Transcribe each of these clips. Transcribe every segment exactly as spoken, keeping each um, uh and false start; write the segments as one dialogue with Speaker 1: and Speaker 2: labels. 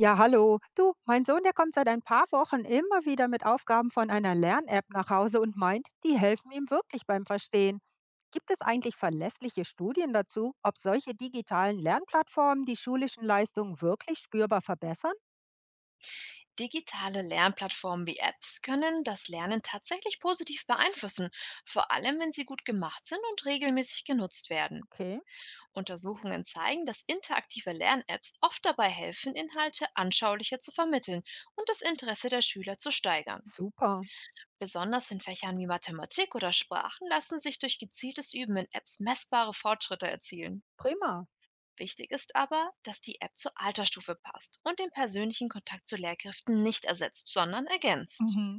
Speaker 1: Ja, hallo. Du, mein Sohn, der kommt seit ein paar Wochen immer wieder mit Aufgaben von einer Lern-App nach Hause und meint, die helfen ihm wirklich beim Verstehen. Gibt es eigentlich verlässliche Studien dazu, ob solche digitalen Lernplattformen die schulischen Leistungen wirklich spürbar verbessern?
Speaker 2: Digitale Lernplattformen wie Apps können das Lernen tatsächlich positiv beeinflussen, vor allem wenn sie gut gemacht sind und regelmäßig genutzt werden.
Speaker 1: Okay.
Speaker 2: Untersuchungen zeigen, dass interaktive Lern-Apps oft dabei helfen, Inhalte anschaulicher zu vermitteln und das Interesse der Schüler zu steigern.
Speaker 1: Super,
Speaker 2: Besonders in Fächern wie Mathematik oder Sprachen lassen sich durch gezieltes Üben in Apps messbare Fortschritte erzielen.
Speaker 1: prima.
Speaker 2: Wichtig ist aber, dass die App zur Altersstufe passt und den persönlichen Kontakt zu Lehrkräften nicht ersetzt, sondern ergänzt.
Speaker 1: Mhm.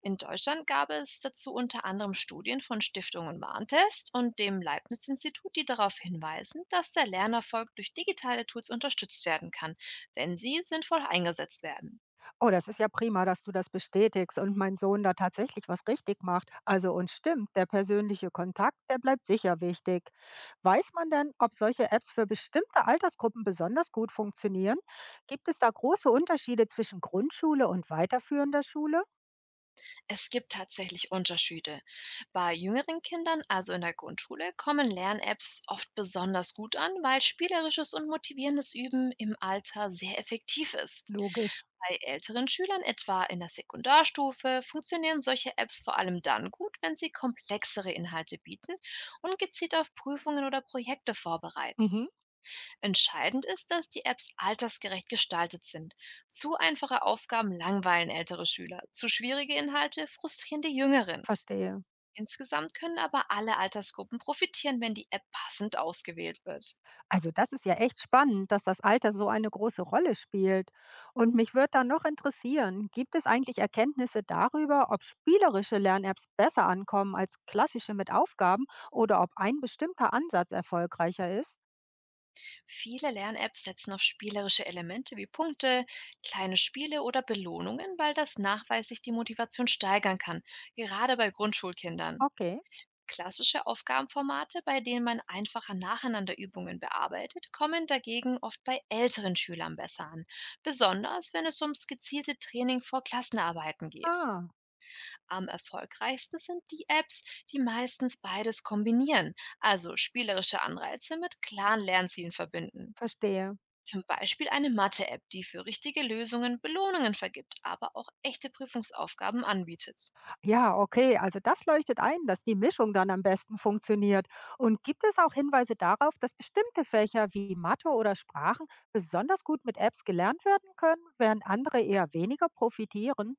Speaker 2: In Deutschland gab es dazu unter anderem Studien von Stiftungen Warntest und dem Leibniz-Institut, die darauf hinweisen, dass der Lernerfolg durch digitale Tools unterstützt werden kann, wenn sie sinnvoll eingesetzt werden.
Speaker 1: Oh, das ist ja prima, dass du das bestätigst und mein Sohn da tatsächlich was richtig macht. Also und stimmt, der persönliche Kontakt, der bleibt sicher wichtig. Weiß man denn, ob solche Apps für bestimmte Altersgruppen besonders gut funktionieren? Gibt es da große Unterschiede zwischen Grundschule und weiterführender Schule?
Speaker 2: Es gibt tatsächlich Unterschiede. Bei jüngeren Kindern, also in der Grundschule, kommen Lern-Apps oft besonders gut an, weil spielerisches und motivierendes Üben im Alter sehr effektiv ist.
Speaker 1: Logisch.
Speaker 2: Bei älteren Schülern, etwa in der Sekundarstufe, funktionieren solche Apps vor allem dann gut, wenn sie komplexere Inhalte bieten und gezielt auf Prüfungen oder Projekte vorbereiten.
Speaker 1: Mhm.
Speaker 2: Entscheidend ist, dass die Apps altersgerecht gestaltet sind. Zu einfache Aufgaben langweilen ältere Schüler, zu schwierige Inhalte frustrieren die Jüngeren.
Speaker 1: Verstehe.
Speaker 2: Insgesamt können aber alle Altersgruppen profitieren, wenn die App passend ausgewählt wird.
Speaker 1: Also das ist ja echt spannend, dass das Alter so eine große Rolle spielt. Und mich würde dann noch interessieren, gibt es eigentlich Erkenntnisse darüber, ob spielerische Lern-Apps besser ankommen als klassische mit Aufgaben oder ob ein bestimmter Ansatz erfolgreicher ist?
Speaker 2: Viele Lern-Apps setzen auf spielerische Elemente wie Punkte, kleine Spiele oder Belohnungen, weil das nachweislich die Motivation steigern kann, gerade bei Grundschulkindern.
Speaker 1: Okay.
Speaker 2: Klassische Aufgabenformate, bei denen man einfacher nacheinander Übungen bearbeitet, kommen dagegen oft bei älteren Schülern besser an, besonders wenn es ums gezielte Training vor Klassenarbeiten geht.
Speaker 1: Ah,
Speaker 2: Am erfolgreichsten sind die Apps, die meistens beides kombinieren, also spielerische Anreize mit klaren Lernzielen verbinden.
Speaker 1: verstehe.
Speaker 2: Zum Beispiel eine Mathe-App, die für richtige Lösungen Belohnungen vergibt, aber auch echte Prüfungsaufgaben anbietet.
Speaker 1: Ja, okay. Also das leuchtet ein, dass die Mischung dann am besten funktioniert. Und gibt es auch Hinweise darauf, dass bestimmte Fächer wie Mathe oder Sprachen besonders gut mit Apps gelernt werden können, während andere eher weniger profitieren?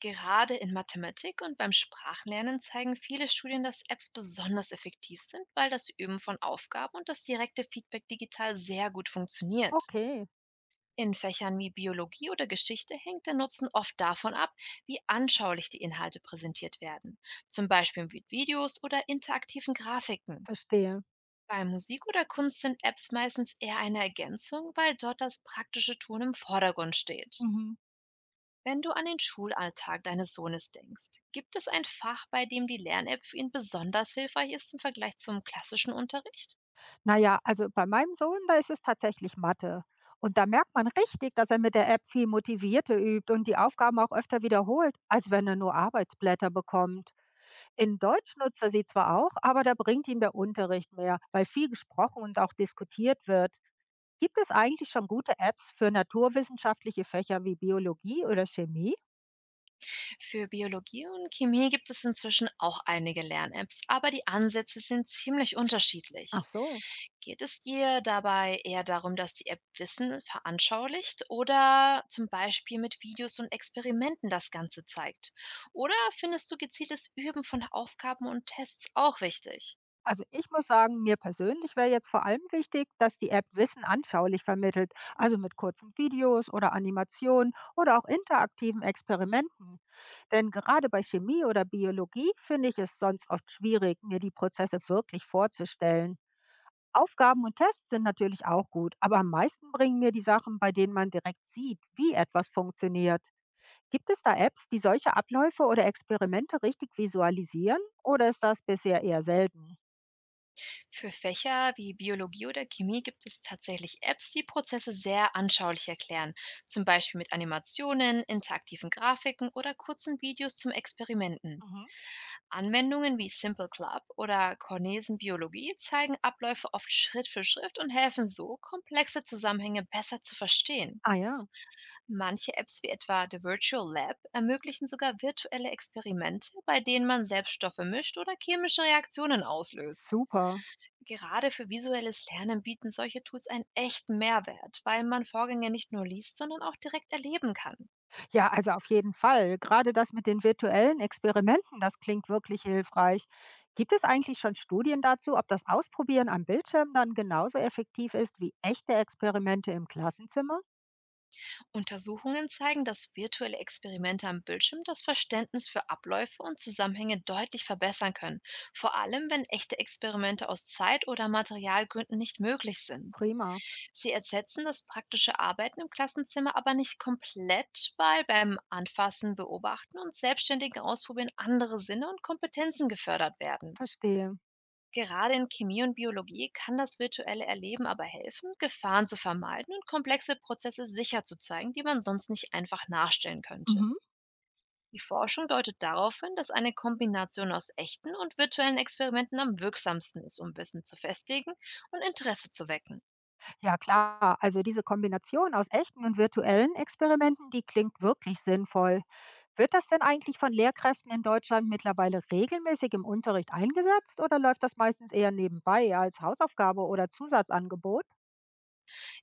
Speaker 2: Gerade in Mathematik und beim Sprachlernen zeigen viele Studien, dass Apps besonders effektiv sind, weil das Üben von Aufgaben und das direkte Feedback digital sehr gut funktioniert.
Speaker 1: Okay,
Speaker 2: In Fächern wie Biologie oder Geschichte hängt der Nutzen oft davon ab, wie anschaulich die Inhalte präsentiert werden, zum Beispiel mit Videos oder interaktiven Grafiken.
Speaker 1: verstehe.
Speaker 2: Bei Musik oder Kunst sind Apps meistens eher eine Ergänzung, weil dort das praktische Tun im Vordergrund steht.
Speaker 1: Mhm.
Speaker 2: Wenn du an den Schulalltag deines Sohnes denkst, gibt es ein Fach, bei dem die Lern-App für ihn besonders hilfreich ist im Vergleich zum klassischen Unterricht?
Speaker 1: Na ja, also bei meinem Sohn, da ist es tatsächlich Mathe. Und da merkt man richtig, dass er mit der App viel motivierter übt und die Aufgaben auch öfter wiederholt, als wenn er nur Arbeitsblätter bekommt. In Deutsch nutzt er sie zwar auch, aber da bringt ihm der Unterricht mehr, weil viel gesprochen und auch diskutiert wird. Gibt es eigentlich schon gute Apps für naturwissenschaftliche Fächer wie Biologie oder Chemie?
Speaker 2: Für Biologie und Chemie gibt es inzwischen auch einige Lern-Apps, aber die Ansätze sind ziemlich
Speaker 1: Ach
Speaker 2: unterschiedlich.
Speaker 1: so.
Speaker 2: Geht es dir dabei eher darum, dass die App Wissen veranschaulicht oder zum Beispiel mit Videos und Experimenten das Ganze zeigt? Oder findest du gezieltes Üben von Aufgaben und Tests auch wichtig?
Speaker 1: Also ich muss sagen, mir persönlich wäre jetzt vor allem wichtig, dass die App Wissen anschaulich vermittelt, also mit kurzen Videos oder Animationen oder auch interaktiven Experimenten. Denn gerade bei Chemie oder Biologie finde ich es sonst oft schwierig, mir die Prozesse wirklich vorzustellen. Aufgaben und Tests sind natürlich auch gut, aber am meisten bringen mir die Sachen, bei denen man direkt sieht, wie etwas funktioniert. Gibt es da Apps, die solche Abläufe oder Experimente richtig visualisieren oder ist das bisher eher selten?
Speaker 2: Für Fächer wie Biologie oder Chemie gibt es tatsächlich Apps, die Prozesse sehr anschaulich erklären, zum Beispiel mit Animationen, interaktiven Grafiken oder kurzen Videos zum Experimenten.
Speaker 1: Mhm.
Speaker 2: Anwendungen wie Simple Club oder Cornesen Biologie zeigen Abläufe oft Schritt für Schritt und helfen so, komplexe Zusammenhänge besser zu verstehen.
Speaker 1: Ah ja,
Speaker 2: Manche Apps wie etwa The Virtual Lab ermöglichen sogar virtuelle Experimente, bei denen man selbst Stoffe mischt oder chemische Reaktionen auslöst.
Speaker 1: super.
Speaker 2: Gerade für visuelles Lernen bieten solche Tools einen echten Mehrwert, weil man Vorgänge nicht nur liest, sondern auch direkt erleben kann.
Speaker 1: Ja, also auf jeden Fall. Gerade das mit den virtuellen Experimenten, das klingt wirklich hilfreich. Gibt es eigentlich schon Studien dazu, ob das Ausprobieren am Bildschirm dann genauso effektiv ist wie echte Experimente im Klassenzimmer?
Speaker 2: Untersuchungen zeigen, dass virtuelle Experimente am Bildschirm das Verständnis für Abläufe und Zusammenhänge deutlich verbessern können, vor allem wenn echte Experimente aus Zeit- oder Materialgründen nicht möglich sind.
Speaker 1: Prima,
Speaker 2: Sie ersetzen das praktische Arbeiten im Klassenzimmer aber nicht komplett, weil beim Anfassen, Beobachten und selbstständigen Ausprobieren andere Sinne und Kompetenzen gefördert werden.
Speaker 1: verstehe.
Speaker 2: Gerade in Chemie und Biologie kann das virtuelle Erleben aber helfen, Gefahren zu vermeiden und komplexe Prozesse sicher zu zeigen, die man sonst nicht einfach nachstellen könnte.
Speaker 1: Mhm.
Speaker 2: Die Forschung deutet darauf hin, dass eine Kombination aus echten und virtuellen Experimenten am wirksamsten ist, um Wissen zu festigen und Interesse zu wecken.
Speaker 1: Ja klar, also diese Kombination aus echten und virtuellen Experimenten, die klingt wirklich sinnvoll. Wird das denn eigentlich von Lehrkräften in Deutschland mittlerweile regelmäßig im Unterricht eingesetzt oder läuft das meistens eher nebenbei als Hausaufgabe oder Zusatzangebot?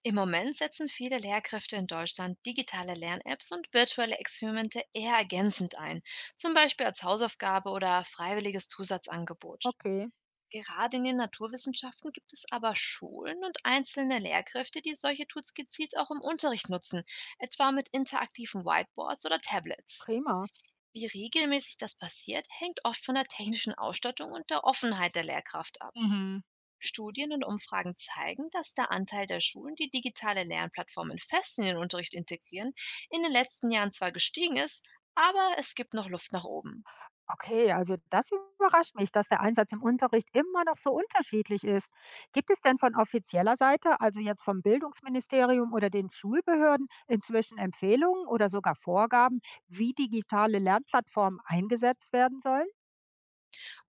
Speaker 2: Im Moment setzen viele Lehrkräfte in Deutschland digitale Lern-Apps und virtuelle Experimente eher ergänzend ein, zum Beispiel als Hausaufgabe oder freiwilliges Zusatzangebot.
Speaker 1: Okay,
Speaker 2: Gerade in den Naturwissenschaften gibt es aber Schulen und einzelne Lehrkräfte, die solche Tools gezielt auch im Unterricht nutzen, etwa mit interaktiven Whiteboards oder Tablets.
Speaker 1: prima.
Speaker 2: Wie regelmäßig das passiert, hängt oft von der technischen Ausstattung und der Offenheit der Lehrkraft ab.
Speaker 1: Mhm.
Speaker 2: Studien und Umfragen zeigen, dass der Anteil der Schulen, die digitale Lernplattformen fest in den Unterricht integrieren, in den letzten Jahren zwar gestiegen ist, aber es gibt noch Luft nach oben.
Speaker 1: Okay, also das überrascht mich, dass der Einsatz im Unterricht immer noch so unterschiedlich ist. Gibt es denn von offizieller Seite, also jetzt vom Bildungsministerium oder den Schulbehörden, inzwischen Empfehlungen oder sogar Vorgaben, wie digitale Lernplattformen eingesetzt werden sollen?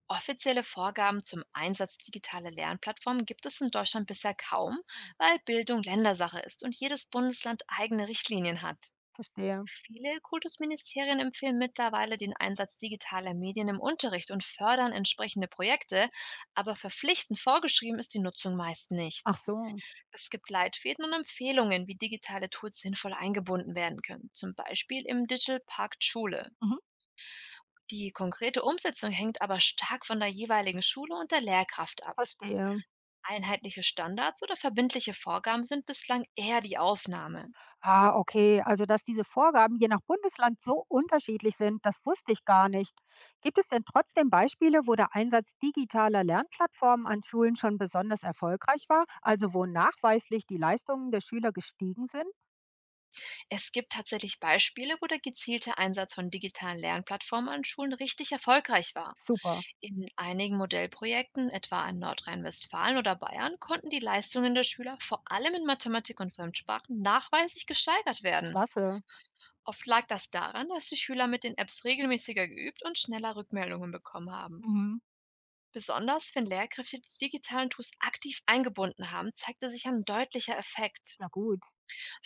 Speaker 2: Offizielle Vorgaben zum Einsatz digitaler Lernplattformen gibt es in Deutschland bisher kaum,
Speaker 1: Hm.
Speaker 2: weil Bildung Ländersache ist und jedes Bundesland eigene Richtlinien hat.
Speaker 1: Verstehe.
Speaker 2: Viele Kultusministerien empfehlen mittlerweile den Einsatz digitaler Medien im Unterricht und fördern entsprechende Projekte, aber verpflichtend vorgeschrieben ist die Nutzung meist
Speaker 1: Ach
Speaker 2: nicht.
Speaker 1: so.
Speaker 2: Es gibt Leitfäden und Empfehlungen, wie digitale Tools sinnvoll eingebunden werden können, zum Beispiel im Digital Pakt Schule.
Speaker 1: Mhm.
Speaker 2: Die konkrete Umsetzung hängt aber stark von der jeweiligen Schule und der Lehrkraft ab.
Speaker 1: Verstehe.
Speaker 2: Einheitliche Standards oder verbindliche Vorgaben sind bislang eher die Ausnahme.
Speaker 1: Ah, okay. Also, dass diese Vorgaben je nach Bundesland so unterschiedlich sind, das wusste ich gar nicht. Gibt es denn trotzdem Beispiele, wo der Einsatz digitaler Lernplattformen an Schulen schon besonders erfolgreich war? Also, wo nachweislich die Leistungen der Schüler gestiegen sind?
Speaker 2: Es gibt tatsächlich Beispiele, wo der gezielte Einsatz von digitalen Lernplattformen an Schulen richtig erfolgreich war.
Speaker 1: Super,
Speaker 2: In einigen Modellprojekten, etwa in Nordrhein-Westfalen oder Bayern, konnten die Leistungen der Schüler vor allem in Mathematik und Fremdsprachen nachweislich gesteigert werden.
Speaker 1: klasse.
Speaker 2: Oft lag das daran, dass die Schüler mit den Apps regelmäßiger geübt und schneller Rückmeldungen bekommen haben.
Speaker 1: Mhm.
Speaker 2: Besonders wenn Lehrkräfte die digitalen Tools aktiv eingebunden haben, zeigte sich ein deutlicher Effekt.
Speaker 1: Na gut.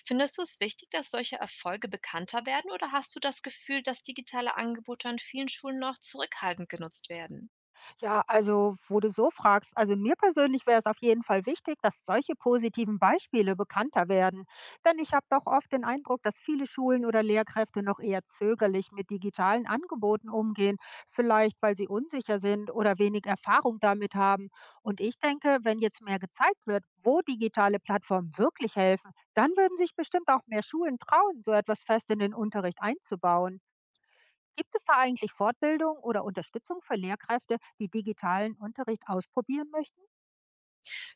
Speaker 2: Findest du es wichtig, dass solche Erfolge bekannter werden oder hast du das Gefühl, dass digitale Angebote an vielen Schulen noch zurückhaltend genutzt werden?
Speaker 1: Ja, also wo du so fragst, also mir persönlich wäre es auf jeden Fall wichtig, dass solche positiven Beispiele bekannter werden. Denn ich habe doch oft den Eindruck, dass viele Schulen oder Lehrkräfte noch eher zögerlich mit digitalen Angeboten umgehen, vielleicht weil sie unsicher sind oder wenig Erfahrung damit haben. Und ich denke, wenn jetzt mehr gezeigt wird, wo digitale Plattformen wirklich helfen, dann würden sich bestimmt auch mehr Schulen trauen, so etwas fest in den Unterricht einzubauen. Gibt es da eigentlich Fortbildung oder Unterstützung für Lehrkräfte, die digitalen Unterricht ausprobieren möchten?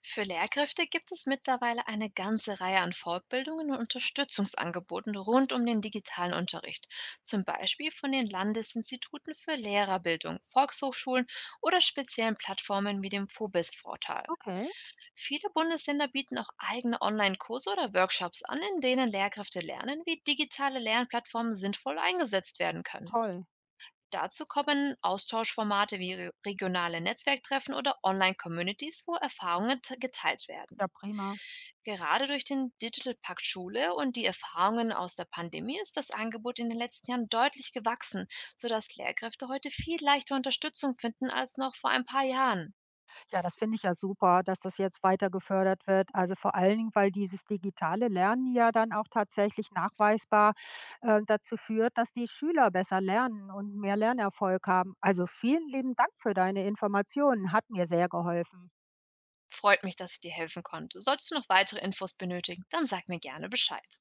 Speaker 2: Für Lehrkräfte gibt es mittlerweile eine ganze Reihe an Fortbildungen und Unterstützungsangeboten rund um den digitalen Unterricht, zum Beispiel von den Landesinstituten für Lehrerbildung, Volkshochschulen oder speziellen Plattformen wie dem Phobis-Portal.
Speaker 1: Okay,
Speaker 2: Viele Bundesländer bieten auch eigene Online-Kurse oder Workshops an, in denen Lehrkräfte lernen, wie digitale Lernplattformen sinnvoll eingesetzt werden können.
Speaker 1: toll.
Speaker 2: Dazu kommen Austauschformate wie re- regionale Netzwerktreffen oder Online-Communities, wo Erfahrungen te- geteilt werden.
Speaker 1: Ja, prima.
Speaker 2: Gerade durch den Digital Pakt Schule und die Erfahrungen aus der Pandemie ist das Angebot in den letzten Jahren deutlich gewachsen, sodass Lehrkräfte heute viel leichter Unterstützung finden als noch vor ein paar Jahren.
Speaker 1: Ja, das finde ich ja super, dass das jetzt weiter gefördert wird. Also vor allen Dingen, weil dieses digitale Lernen ja dann auch tatsächlich nachweisbar äh, dazu führt, dass die Schüler besser lernen und mehr Lernerfolg haben. Also vielen lieben Dank für deine Informationen. Hat mir sehr geholfen.
Speaker 2: Freut mich, dass ich dir helfen konnte. Solltest du noch weitere Infos benötigen, dann sag mir gerne Bescheid.